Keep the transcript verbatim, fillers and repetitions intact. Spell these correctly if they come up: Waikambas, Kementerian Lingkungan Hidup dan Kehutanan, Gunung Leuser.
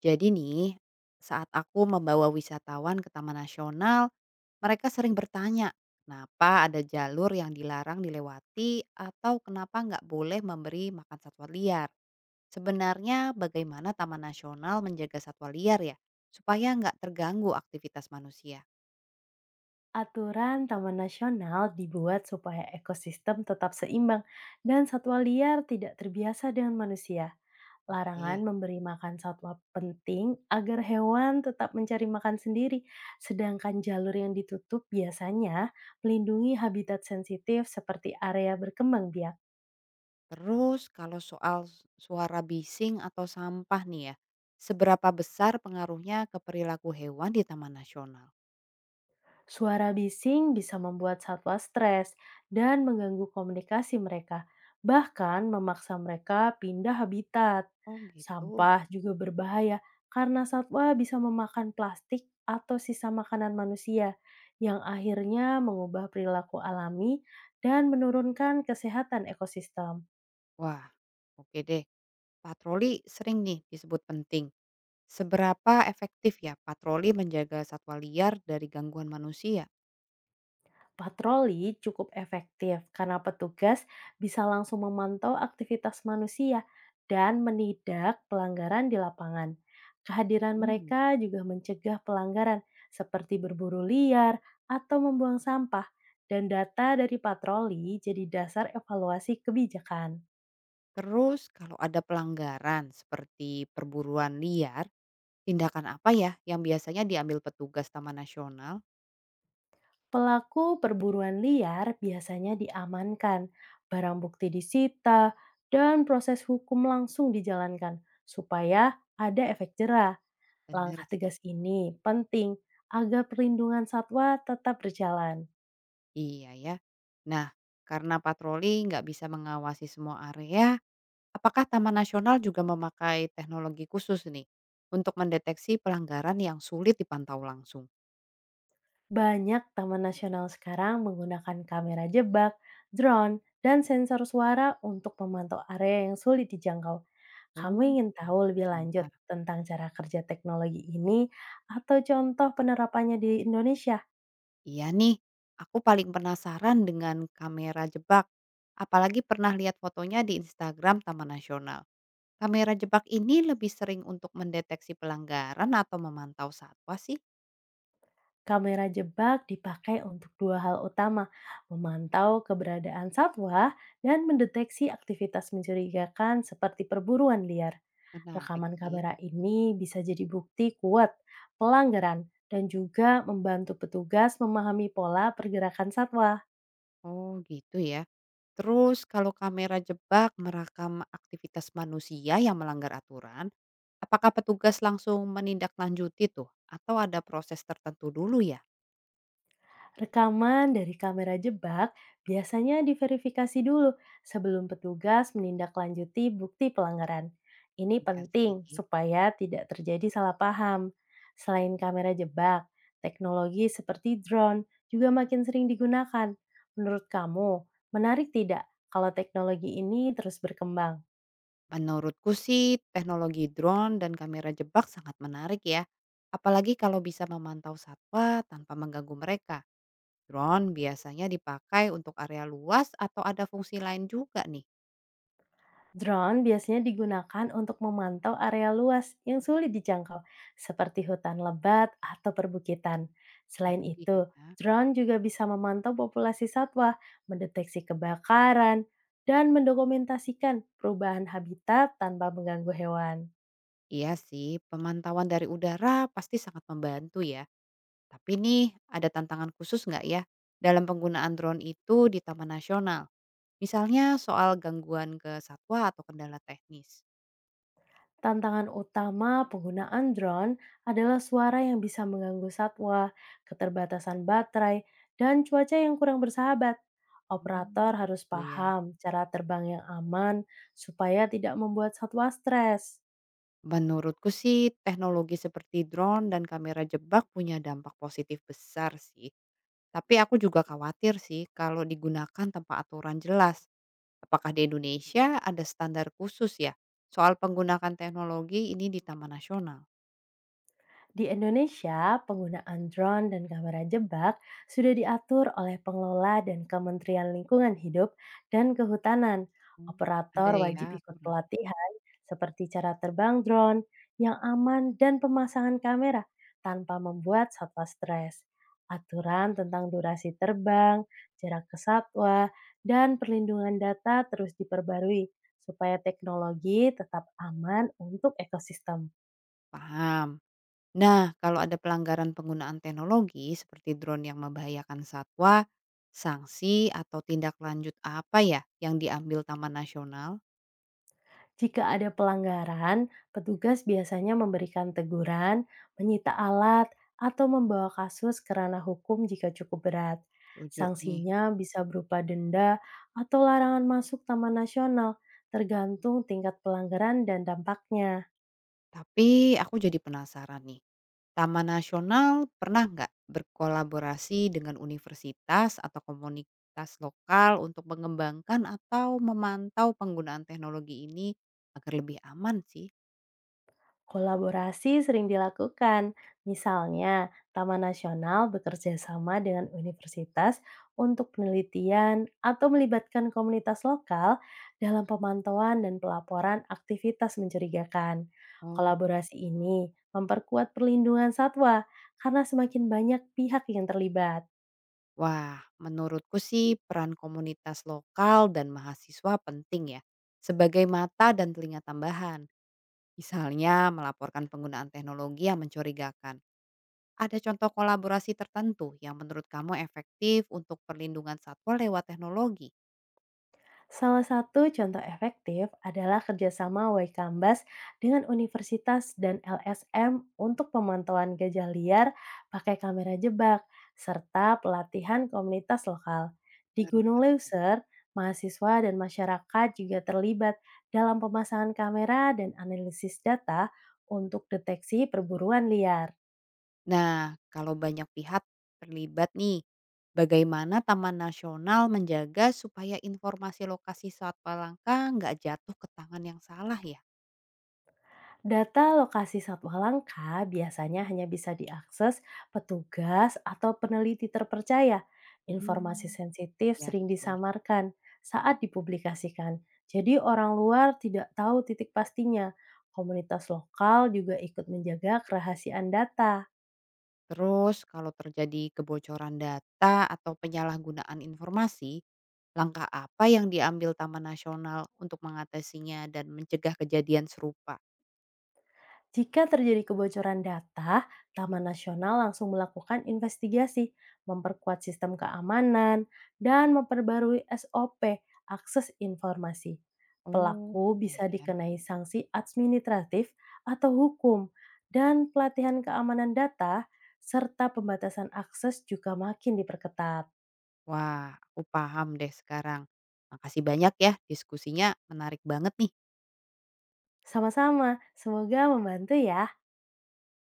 Jadi nih, saat aku membawa wisatawan ke Taman Nasional, mereka sering bertanya, kenapa ada jalur yang dilarang dilewati atau kenapa nggak boleh memberi makan satwa liar. Sebenarnya bagaimana Taman Nasional menjaga satwa liar ya, supaya nggak terganggu aktivitas manusia. Aturan Taman Nasional dibuat supaya ekosistem tetap seimbang dan satwa liar tidak terbiasa dengan manusia. Larangan Eh, memberi makan satwa penting agar hewan tetap mencari makan sendiri, sedangkan jalur yang ditutup biasanya melindungi habitat sensitif seperti area berkembang biak. Terus kalau soal s- suara bising atau sampah nih ya, seberapa besar pengaruhnya ke perilaku hewan di Taman Nasional? Suara bising bisa membuat satwa stres dan mengganggu komunikasi mereka, bahkan memaksa mereka pindah habitat. Oh gitu. Sampah juga berbahaya karena satwa bisa memakan plastik atau sisa makanan manusia yang akhirnya mengubah perilaku alami dan menurunkan kesehatan ekosistem. Wah, oke deh. Patroli sering nih disebut penting. Seberapa efektif ya patroli menjaga satwa liar dari gangguan manusia? Patroli cukup efektif karena petugas bisa langsung memantau aktivitas manusia dan menindak pelanggaran di lapangan. Kehadiran Hmm. mereka juga mencegah pelanggaran seperti berburu liar atau membuang sampah dan data dari patroli jadi dasar evaluasi kebijakan. Terus kalau ada pelanggaran seperti perburuan liar, tindakan apa ya yang biasanya diambil petugas Taman Nasional? Pelaku perburuan liar biasanya diamankan, barang bukti disita, dan proses hukum langsung dijalankan supaya ada efek jerah. Bener Langkah sih. tegas ini penting agar perlindungan satwa tetap berjalan. Iya ya. Nah, karena patroli nggak bisa mengawasi semua area, apakah Taman Nasional juga memakai teknologi khusus nih untuk mendeteksi pelanggaran yang sulit dipantau langsung? Banyak taman nasional sekarang menggunakan kamera jebak, drone, dan sensor suara untuk memantau area yang sulit dijangkau. Oh, Kamu ingin gitu tahu lebih lanjut ternyata. tentang cara kerja teknologi ini atau contoh penerapannya di Indonesia? Iya nih, aku paling penasaran dengan kamera jebak. Apalagi pernah lihat fotonya di Instagram Taman Nasional. Kamera jebak ini lebih sering untuk mendeteksi pelanggaran atau memantau satwa sih. Kamera jebak dipakai untuk dua hal utama, memantau keberadaan satwa dan mendeteksi aktivitas mencurigakan seperti perburuan liar. Menarik Rekaman sih. kamera ini bisa jadi bukti kuat pelanggaran dan juga membantu petugas memahami pola pergerakan satwa. Oh gitu ya. Terus kalau kamera jebak merekam aktivitas manusia yang melanggar aturan, apakah petugas langsung menindaklanjuti tuh? Atau ada proses tertentu dulu ya? Rekaman dari kamera jebak biasanya diverifikasi dulu sebelum petugas menindaklanjuti bukti pelanggaran. Ini Iya sih. penting supaya tidak terjadi salah paham. Selain kamera jebak, teknologi seperti drone juga makin sering digunakan. Menurut kamu, menarik tidak kalau teknologi ini terus berkembang? Menurutku sih teknologi drone dan kamera jebak sangat menarik ya. Apalagi kalau bisa memantau satwa tanpa mengganggu mereka. Drone biasanya dipakai untuk area luas atau ada fungsi lain juga nih. Drone biasanya digunakan untuk memantau area luas yang sulit dijangkau, seperti hutan lebat atau perbukitan. Selain Canggih itu, ya. drone juga bisa memantau populasi satwa, mendeteksi kebakaran, dan mendokumentasikan perubahan habitat tanpa mengganggu hewan. Iya sih, pemantauan dari udara pasti sangat membantu ya. Tapi nih ada tantangan khusus nggak ya dalam penggunaan drone itu di Taman Nasional? Misalnya soal gangguan ke satwa atau kendala teknis. Tantangan utama penggunaan drone adalah suara yang bisa mengganggu satwa, keterbatasan baterai, dan cuaca yang kurang bersahabat. Hmm, Operator harus itu ya. paham cara terbang yang aman supaya tidak membuat satwa stres. Menurutku sih teknologi seperti drone dan kamera jebak punya dampak positif besar sih. Tapi aku juga khawatir sih kalau digunakan tanpa aturan jelas. Apakah di Indonesia ada standar khusus ya soal penggunaan teknologi ini di Taman Nasional? Di Indonesia, penggunaan drone dan kamera jebak sudah diatur oleh pengelola dan Kementerian Lingkungan Hidup dan Kehutanan. Hmm, ada Operator ya wajib ikut aturan. pelatihan seperti cara terbang drone yang aman dan pemasangan kamera tanpa membuat satwa stres. Aturan tentang durasi terbang, jarak ke satwa, dan perlindungan data terus diperbarui supaya teknologi tetap aman untuk ekosistem. Paham. Nah, kalau ada pelanggaran penggunaan teknologi seperti drone yang membahayakan satwa, sanksi atau tindak lanjut apa ya yang diambil Taman Nasional? Jika ada pelanggaran, petugas biasanya memberikan teguran, menyita alat, atau membawa kasus ke ranah hukum jika cukup berat. Setuju nih. Sanksinya bisa berupa denda atau larangan masuk taman nasional, tergantung tingkat pelanggaran dan dampaknya. Tapi aku jadi penasaran nih, Taman Nasional pernah nggak berkolaborasi dengan universitas atau komunitas lokal untuk mengembangkan atau memantau penggunaan teknologi ini agar lebih aman sih? Kolaborasi sering dilakukan, misalnya Taman Nasional bekerja sama dengan universitas untuk penelitian atau melibatkan komunitas lokal dalam pemantauan dan pelaporan aktivitas mencurigakan. Oh, Kolaborasi ini memperkuat perlindungan satwa karena semakin banyak pihak yang terlibat. wah, menurutku sih peran komunitas lokal dan mahasiswa penting ya sebagai mata dan telinga tambahan. Misalnya melaporkan penggunaan teknologi yang mencurigakan. Ada contoh kolaborasi tertentu yang menurut kamu efektif untuk perlindungan satwa lewat teknologi? Salah satu contoh efektif adalah kerjasama Waikambas dengan universitas dan L S M untuk pemantauan gajah liar pakai kamera jebak, serta pelatihan komunitas lokal. Di Baru Gunung tahu. Leuser, mahasiswa dan masyarakat juga terlibat dalam pemasangan kamera dan analisis data untuk deteksi perburuan liar. Nah, kalau banyak pihak terlibat nih, bagaimana Taman Nasional menjaga supaya informasi lokasi satwa langka nggak jatuh ke tangan yang salah ya? Data lokasi satwa langka biasanya hanya bisa diakses petugas atau peneliti terpercaya. Informasi Hmm, sensitif ya sering sih. disamarkan saat dipublikasikan. Jadi orang luar tidak tahu titik pastinya. Komunitas lokal juga ikut menjaga kerahasiaan data. Terus kalau terjadi kebocoran data atau penyalahgunaan informasi, langkah apa yang diambil Taman Nasional untuk mengatasinya dan mencegah kejadian serupa? Jika terjadi kebocoran data, Taman Nasional langsung melakukan investigasi, memperkuat sistem keamanan, dan memperbarui S O P akses informasi. Oh, Pelaku ya bisa ya. dikenai sanksi administratif atau hukum, dan pelatihan keamanan data serta pembatasan akses juga makin diperketat. Wah, aku paham deh sekarang. Makasih banyak ya, diskusinya menarik banget nih. Sama-sama, semoga membantu ya.